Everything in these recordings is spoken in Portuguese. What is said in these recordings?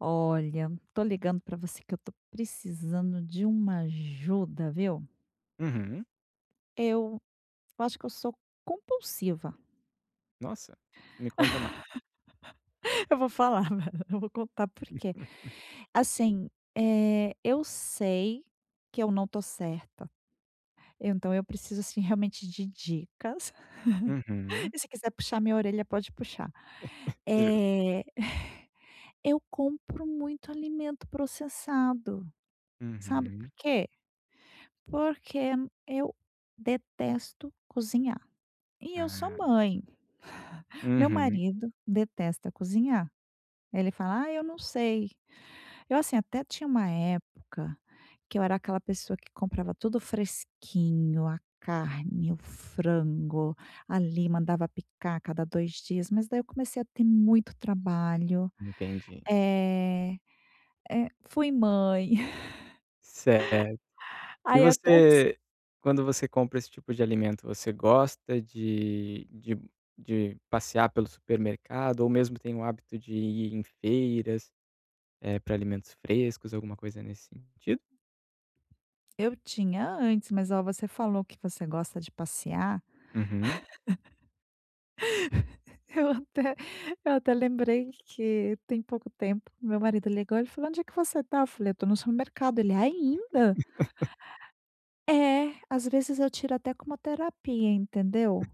Olha, tô ligando pra você que eu tô precisando de uma ajuda, viu? Uhum. Eu acho que eu sou compulsiva. Nossa, me conta mais. Eu vou falar, eu vou contar por quê. Assim, eu sei que eu não tô certa. Então eu preciso, assim, realmente de dicas. Uhum. E se quiser puxar minha orelha, pode puxar. Justo. Eh, eu compro muito alimento processado, sabe por Uhum. quê? Porque eu detesto cozinhar. E eu sou Ah, mãe. Meu uhum, marido detesta cozinhar. Ele fala: "Ah, eu não sei". Eu, assim, até tinha uma época que eu era aquela pessoa que comprava tudo fresquinho, a carne, o frango, ali mandava picar a cada 2 dias, mas daí eu comecei a ter muito trabalho. entendi. É, fui mãe. Certo. E Aí até s você quando você compra esse tipo de alimento, você gosta de passear pelo supermercado ou mesmo tem o hábito de ir em feiras, para alimentos frescos, alguma coisa nesse sentido? Eu tinha antes, mas, ó, você falou que você gosta de passear. Uhum. Eu até eu até lembrei que tem pouco tempo meu marido ligou, ele falou: "Onde é que você tá?" Eu falei: "Eu tô no supermercado". Ele: "Ainda?" É, às vezes eu tiro até como terapia, entendeu.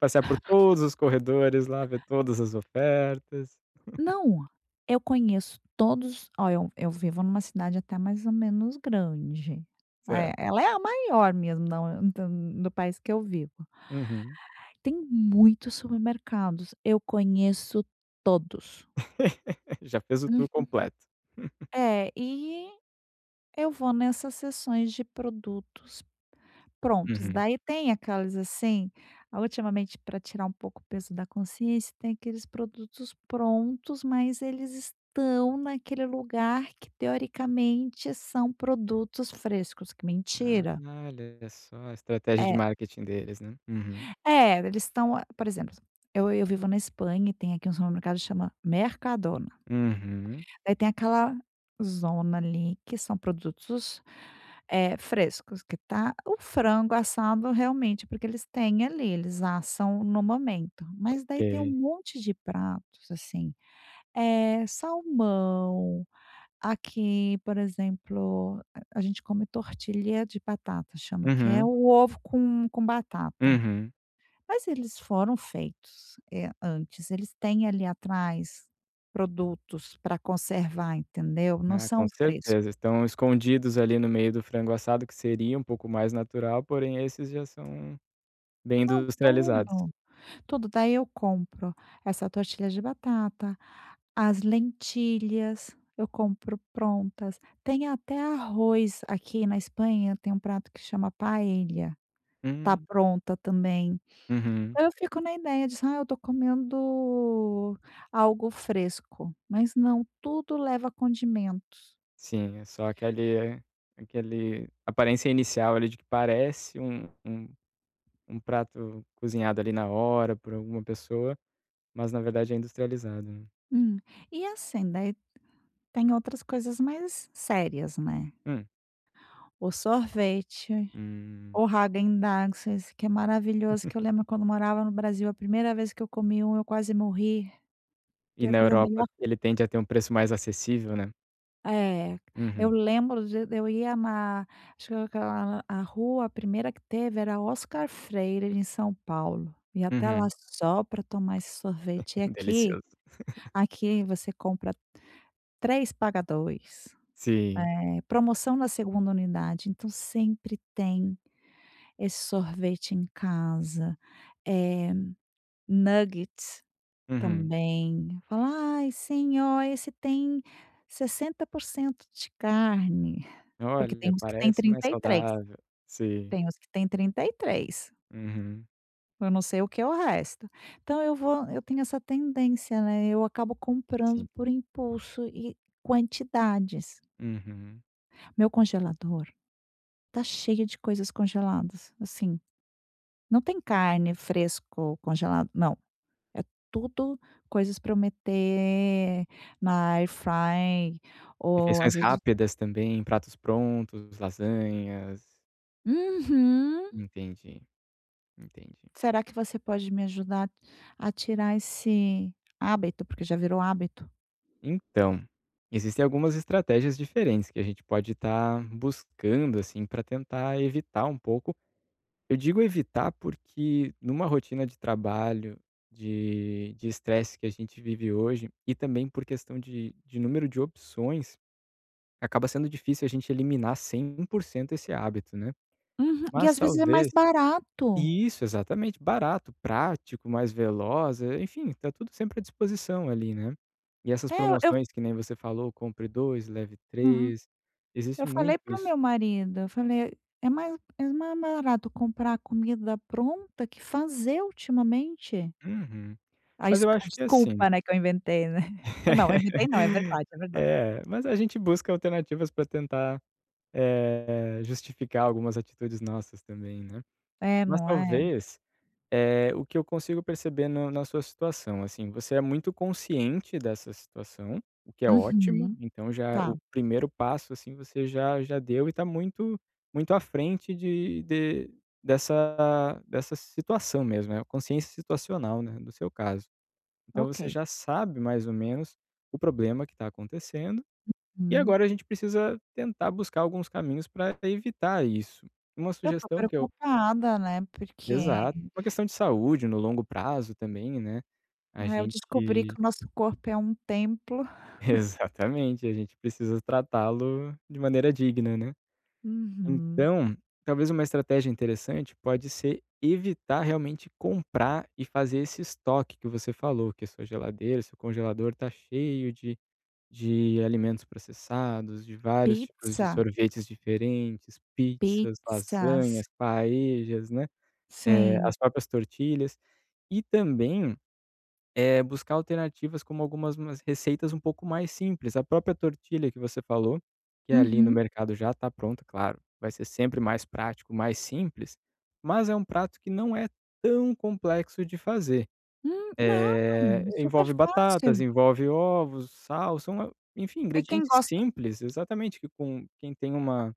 Passear por todos os corredores lá, ver todas as ofertas. Não, eu conheço todos, ó, eu vivo numa cidade até mais ou menos grande. É, Certo. ela é a maior mesmo, não do país que eu vivo. Uhum. Tem muitos supermercados, eu conheço todos. Já fez o Hum. tour completo. É, e eu vou nessas sessões de produtos prontos, Uhum. daí tem aquelas, assim, ah, ultimamente, para tirar um pouco o peso da consciência, tem aqueles produtos prontos, mas eles estão naquele lugar que teoricamente são produtos frescos, que Ah, mentira. olha só a estratégia de É, marketing deles, né. Uhum. é, eles estão, ah, por exemplo, eu vivo na Espanha e tem aqui um supermercado que chama Mercadona. Uhum. Daí tem aquela zona ali que são produtos, frescos, que tá o frango assado realmente, porque eles têm ali, eles assam no momento. Mas daí tem um Ok. monte de pratos, assim, salmão, aqui, por exemplo, a gente come tortilha de batata, chama, que é Uhum. o ovo com batata. Uhum. Mas eles foram feitos, antes, eles têm ali atrás produtos para conservar, entendeu? Não Ah, com são frescos. certeza. Estão escondidos ali no meio do frango assado, que seria um pouco mais natural, porém esses já são bem Não, industrializados. tudo, tudo. Daí eu compro essa tortilha de batata, as lentilhas, eu compro prontas. Tem até arroz aqui na Espanha, tem um prato que chama paella, tá Hum. pronta também. Uhum. Então eu fico na ideia de: "Ah, eu tô comendo algo fresco", mas não, tudo leva condimento. Sim, é só aquele aquele aparência inicial ali de que parece um um prato cozinhado ali na hora por alguma pessoa, mas na verdade é industrializado, né. Hum. E assim, daí tem outras coisas mais sérias, né. Hum. O sorvete, Hum. o Häagen-Dazs, que é maravilhoso, que eu lembro quando morava no Brasil, a primeira vez que eu comi um, eu quase morri, E que é a na coisa Europa melhor. ele tende a ter um preço mais acessível, né. É. Uhum, Eu lembro, de eu ia na, acho que aquela, a rua, a primeira que teve era Oscar Freire, em São Paulo, e até lá uhum. só para tomar esse sorvete. E aqui, Delicioso. aqui você compra 3 paga 2. Sim. É, promoção na segunda unidade, então sempre tem esse sorvete em casa, eh, nuggets Uhum. também. Fala: "Ai sim, ó, esse tem 60% de carne", porque Olha, tem uns que tem parece mais 33, saudável. Sim. tem uns que tem 33, Uhum. eu não sei o que é o resto. Então eu tenho essa tendência, né, eu acabo Sim. comprando por impulso e quantidades. Uhum. Meu congelador tá cheio de coisas congeladas, assim. Não tem carne fresco congelado, não, é tudo coisas para eu meter na air fry ou Refeições às vezes. rápidas também, pratos prontos, lasanhas. Uhum. Entendi, entendi. Será que você pode me ajudar a tirar esse hábito, porque já virou hábito? Então, existem algumas estratégias diferentes que a gente pode estar buscando, assim, para tentar evitar um pouco. Eu digo evitar, porque numa rotina de trabalho, de estresse que a gente vive hoje, e também por questão de número de opções, acaba sendo difícil a gente eliminar 100% esse hábito, né. Uhum. E Mas às vezes é mais talvez barato. e isso, exatamente, barato, prático, mais veloz, enfim, tá tudo sempre à disposição ali, né. E essas É, eu promoções que nem você falou, compre 2 leve aham. três, existe Eu muito falei pro isso. meu marido, eu falei: "É mais, é mais barato comprar comida pronta que fazer ultimamente". Uhum. A Mas es eu a acho que é assim. desculpa, né, que eu inventei, né. Não, eu inventei não, é verdade, é verdade. É, mas a gente busca alternativas para tentar, justificar algumas atitudes nossas também, né. É, Mas não é? talvez, o que eu consigo perceber na sua situação, assim, você é muito consciente dessa situação, o que é ótimo, Uhum. então já Tá, o primeiro passo, assim, você já deu e está muito muito à frente de dessa situação mesmo, é consciência situacional, né, do seu caso. Então ok. você já sabe mais ou menos o problema que está acontecendo e Hum. agora a gente precisa tentar buscar alguns caminhos para evitar isso. Uma Eu tô sugestão que eu preocupada, né, porque, exato. Uma questão de saúde no longo prazo também, né, a né, eu descobri gente que o nosso corpo é um templo. exatamente, a gente precisa tratá-lo de maneira digna, né. Uhum. Então, talvez uma estratégia interessante pode ser evitar realmente comprar e fazer esse estoque que você falou, que a sua geladeira, seu congelador tá cheio de alimentos processados, de vários tipos de Pizza, sorvetes diferentes, pizzas, pizzas. lasanhas, paejas, né, Sim. as próprias tortilhas. E também, buscar alternativas como algumas umas receitas um pouco mais simples. A própria tortilha que você falou, que é ali no Uhum. mercado já está pronta, claro, vai ser sempre mais prático, mais simples, mas é um prato que não é tão complexo de fazer. Não, super Envolve batatas, fácil. envolve ovos, sal, são, enfim, E quem ingredientes gosta simples, exatamente, que com quem tem uma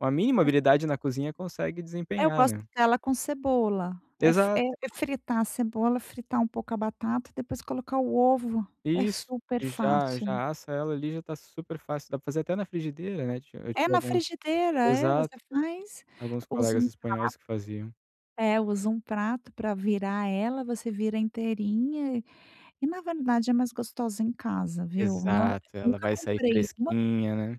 uma mínima habilidade na cozinha consegue Eu desempenhar, gosto né. dela com cebola. É f é Exato, é fritar a cebola, fritar um pouco a batata, depois colocar o ovo. É isso. super E já fácil. já assa ela ali, já tá super fácil, dá pra fazer até na frigideira, né, tinha eu É tinha na alguns frigideira, é, você exato, faz, alguns usa colegas um espanhóis que faziam. usa um prato para virar ela, você vira inteirinha, e na verdade é mais gostosa em casa, viu. Exato, ela vai sair fresquinha, né.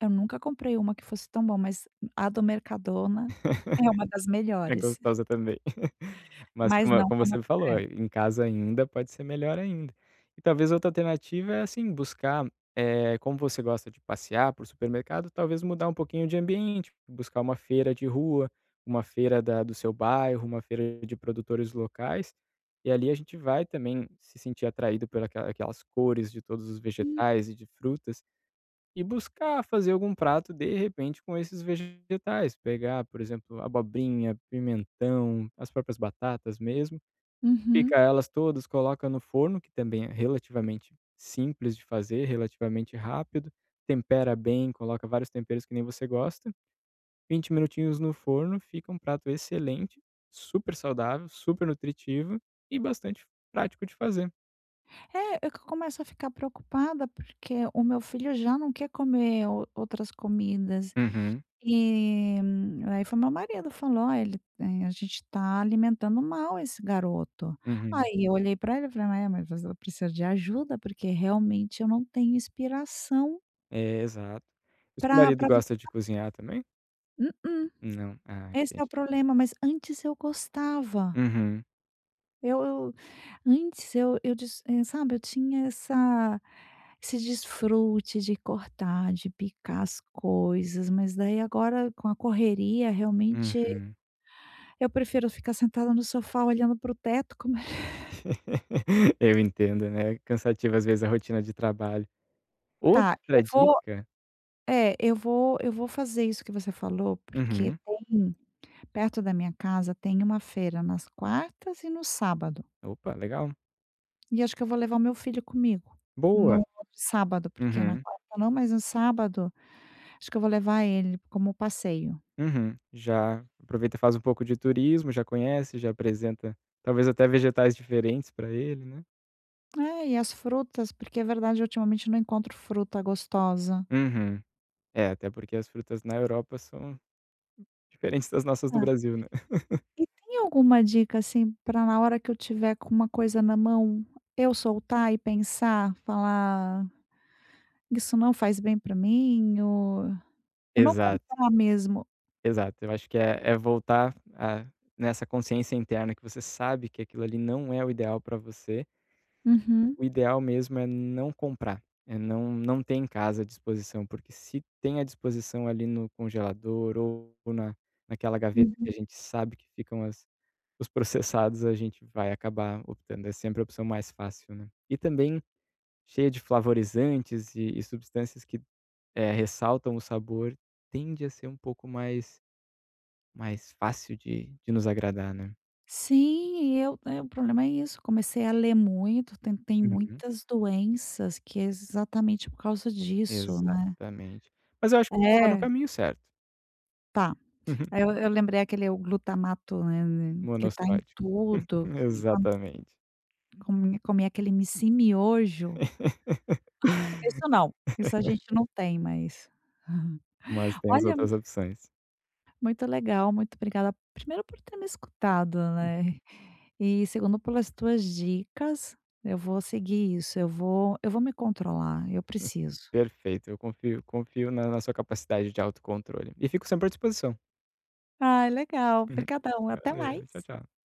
Eu nunca comprei uma que fosse tão boa, mas a do Mercadona é uma das É melhores, gostosa também. Mas mas como não como como você falou, a. É. Em casa ainda pode ser melhor ainda. E talvez outra alternativa é, assim, buscar, como você gosta de passear por supermercado, talvez mudar um pouquinho de ambiente, buscar uma feira de rua, uma feira da do seu bairro, uma feira de produtores locais, e ali a gente vai também se sentir atraído pelas aquelas cores de todos os vegetais e de frutas. E buscar fazer algum prato, de repente, com esses vegetais, pegar, por exemplo, abobrinha, pimentão, as próprias batatas mesmo, pica Uhum. elas todas, coloca no forno, que também é relativamente simples de fazer, relativamente rápido, tempera bem, coloca vários temperos que nem você gosta, 20 minutinhos no forno, fica um prato excelente, super saudável, super nutritivo e bastante prático de fazer. É, eu começo a ficar preocupada, porque o meu filho já não quer comer o outras comidas. Uhum, E aí foi meu marido falou: "Olha, ele tem, a gente está alimentando mal esse garoto". uhum. Aí eu olhei para ele e falei: "É, mas você precisa de ajuda, porque realmente eu não tenho inspiração É, exato. E seu para. marido Pra gosta de cozinhar também? Não. Ah, esse é o entendi. problema, mas antes eu gostava". Uhum, Eu antes sabe, eu tinha essa esse desfrute de cortar, de picar as coisas, mas daí agora com a correria, realmente, uhum. eu prefiro ficar sentada no sofá olhando para o teto como Eu entendo, né, é cansativo, às vezes, a rotina de trabalho. tá, eu Outra vou dica é, eu vou fazer isso que você falou, porque uhum. tem perto da minha casa, tem uma feira nas quartas e no sábado, Opa, legal. e acho que eu vou levar o meu filho comigo, Boa. no sábado, porque na Uhum, quarta não, mas no sábado. Acho que eu vou levar ele como passeio. uhum. Já aproveita e faz um pouco de turismo, já conhece, já apresenta, talvez, até vegetais diferentes para ele, né. É, e as frutas, porque é verdade, ultimamente eu não encontro fruta gostosa. Uhum. É, até porque as frutas na Europa são diferentes das nossas do Tá. Brasil, né. E tem alguma dica, assim, para na hora que eu tiver com uma coisa na mão, eu soltar e pensar, falar: "Isso não faz bem para mim", ou não Exato. comprar mesmo. Exato, eu acho que é é voltar a nessa consciência interna que você sabe que aquilo ali não é o ideal para você. Uhum. O ideal mesmo é não comprar, é não ter em casa à disposição, porque se tem à disposição ali no congelador ou na naquela gaveta que Uhum. a gente sabe que ficam as os processados, a gente vai acabar optando, é sempre a opção mais fácil, né. E também cheia de flavorizantes e substâncias que, ressaltam o sabor, tende a ser um pouco mais fácil de nos agradar, né. Sim, e eu, o problema é isso, comecei a ler muito, tem Uhum, muitas doenças que é exatamente por causa disso, né. exatamente. Mas eu acho que você está no É, caminho certo. tá. Aí eu lembrei aquele o glutamato, né, que tá em Monossódico. tudo, que quando Exatamente. Comia aquele "mici miojo". Isso não, isso a gente não tem mais. Mas tem as Olha, outras opções. muito legal, muito obrigada, primeiro por ter me escutado, né, e segundo pelas tuas dicas, eu vou seguir isso, eu vou me controlar, eu preciso. Perfeito, eu confio na sua capacidade de autocontrole. E fico sempre à disposição. Ai, legal, obrigadão, até Valeu, tchau, mais. tchau.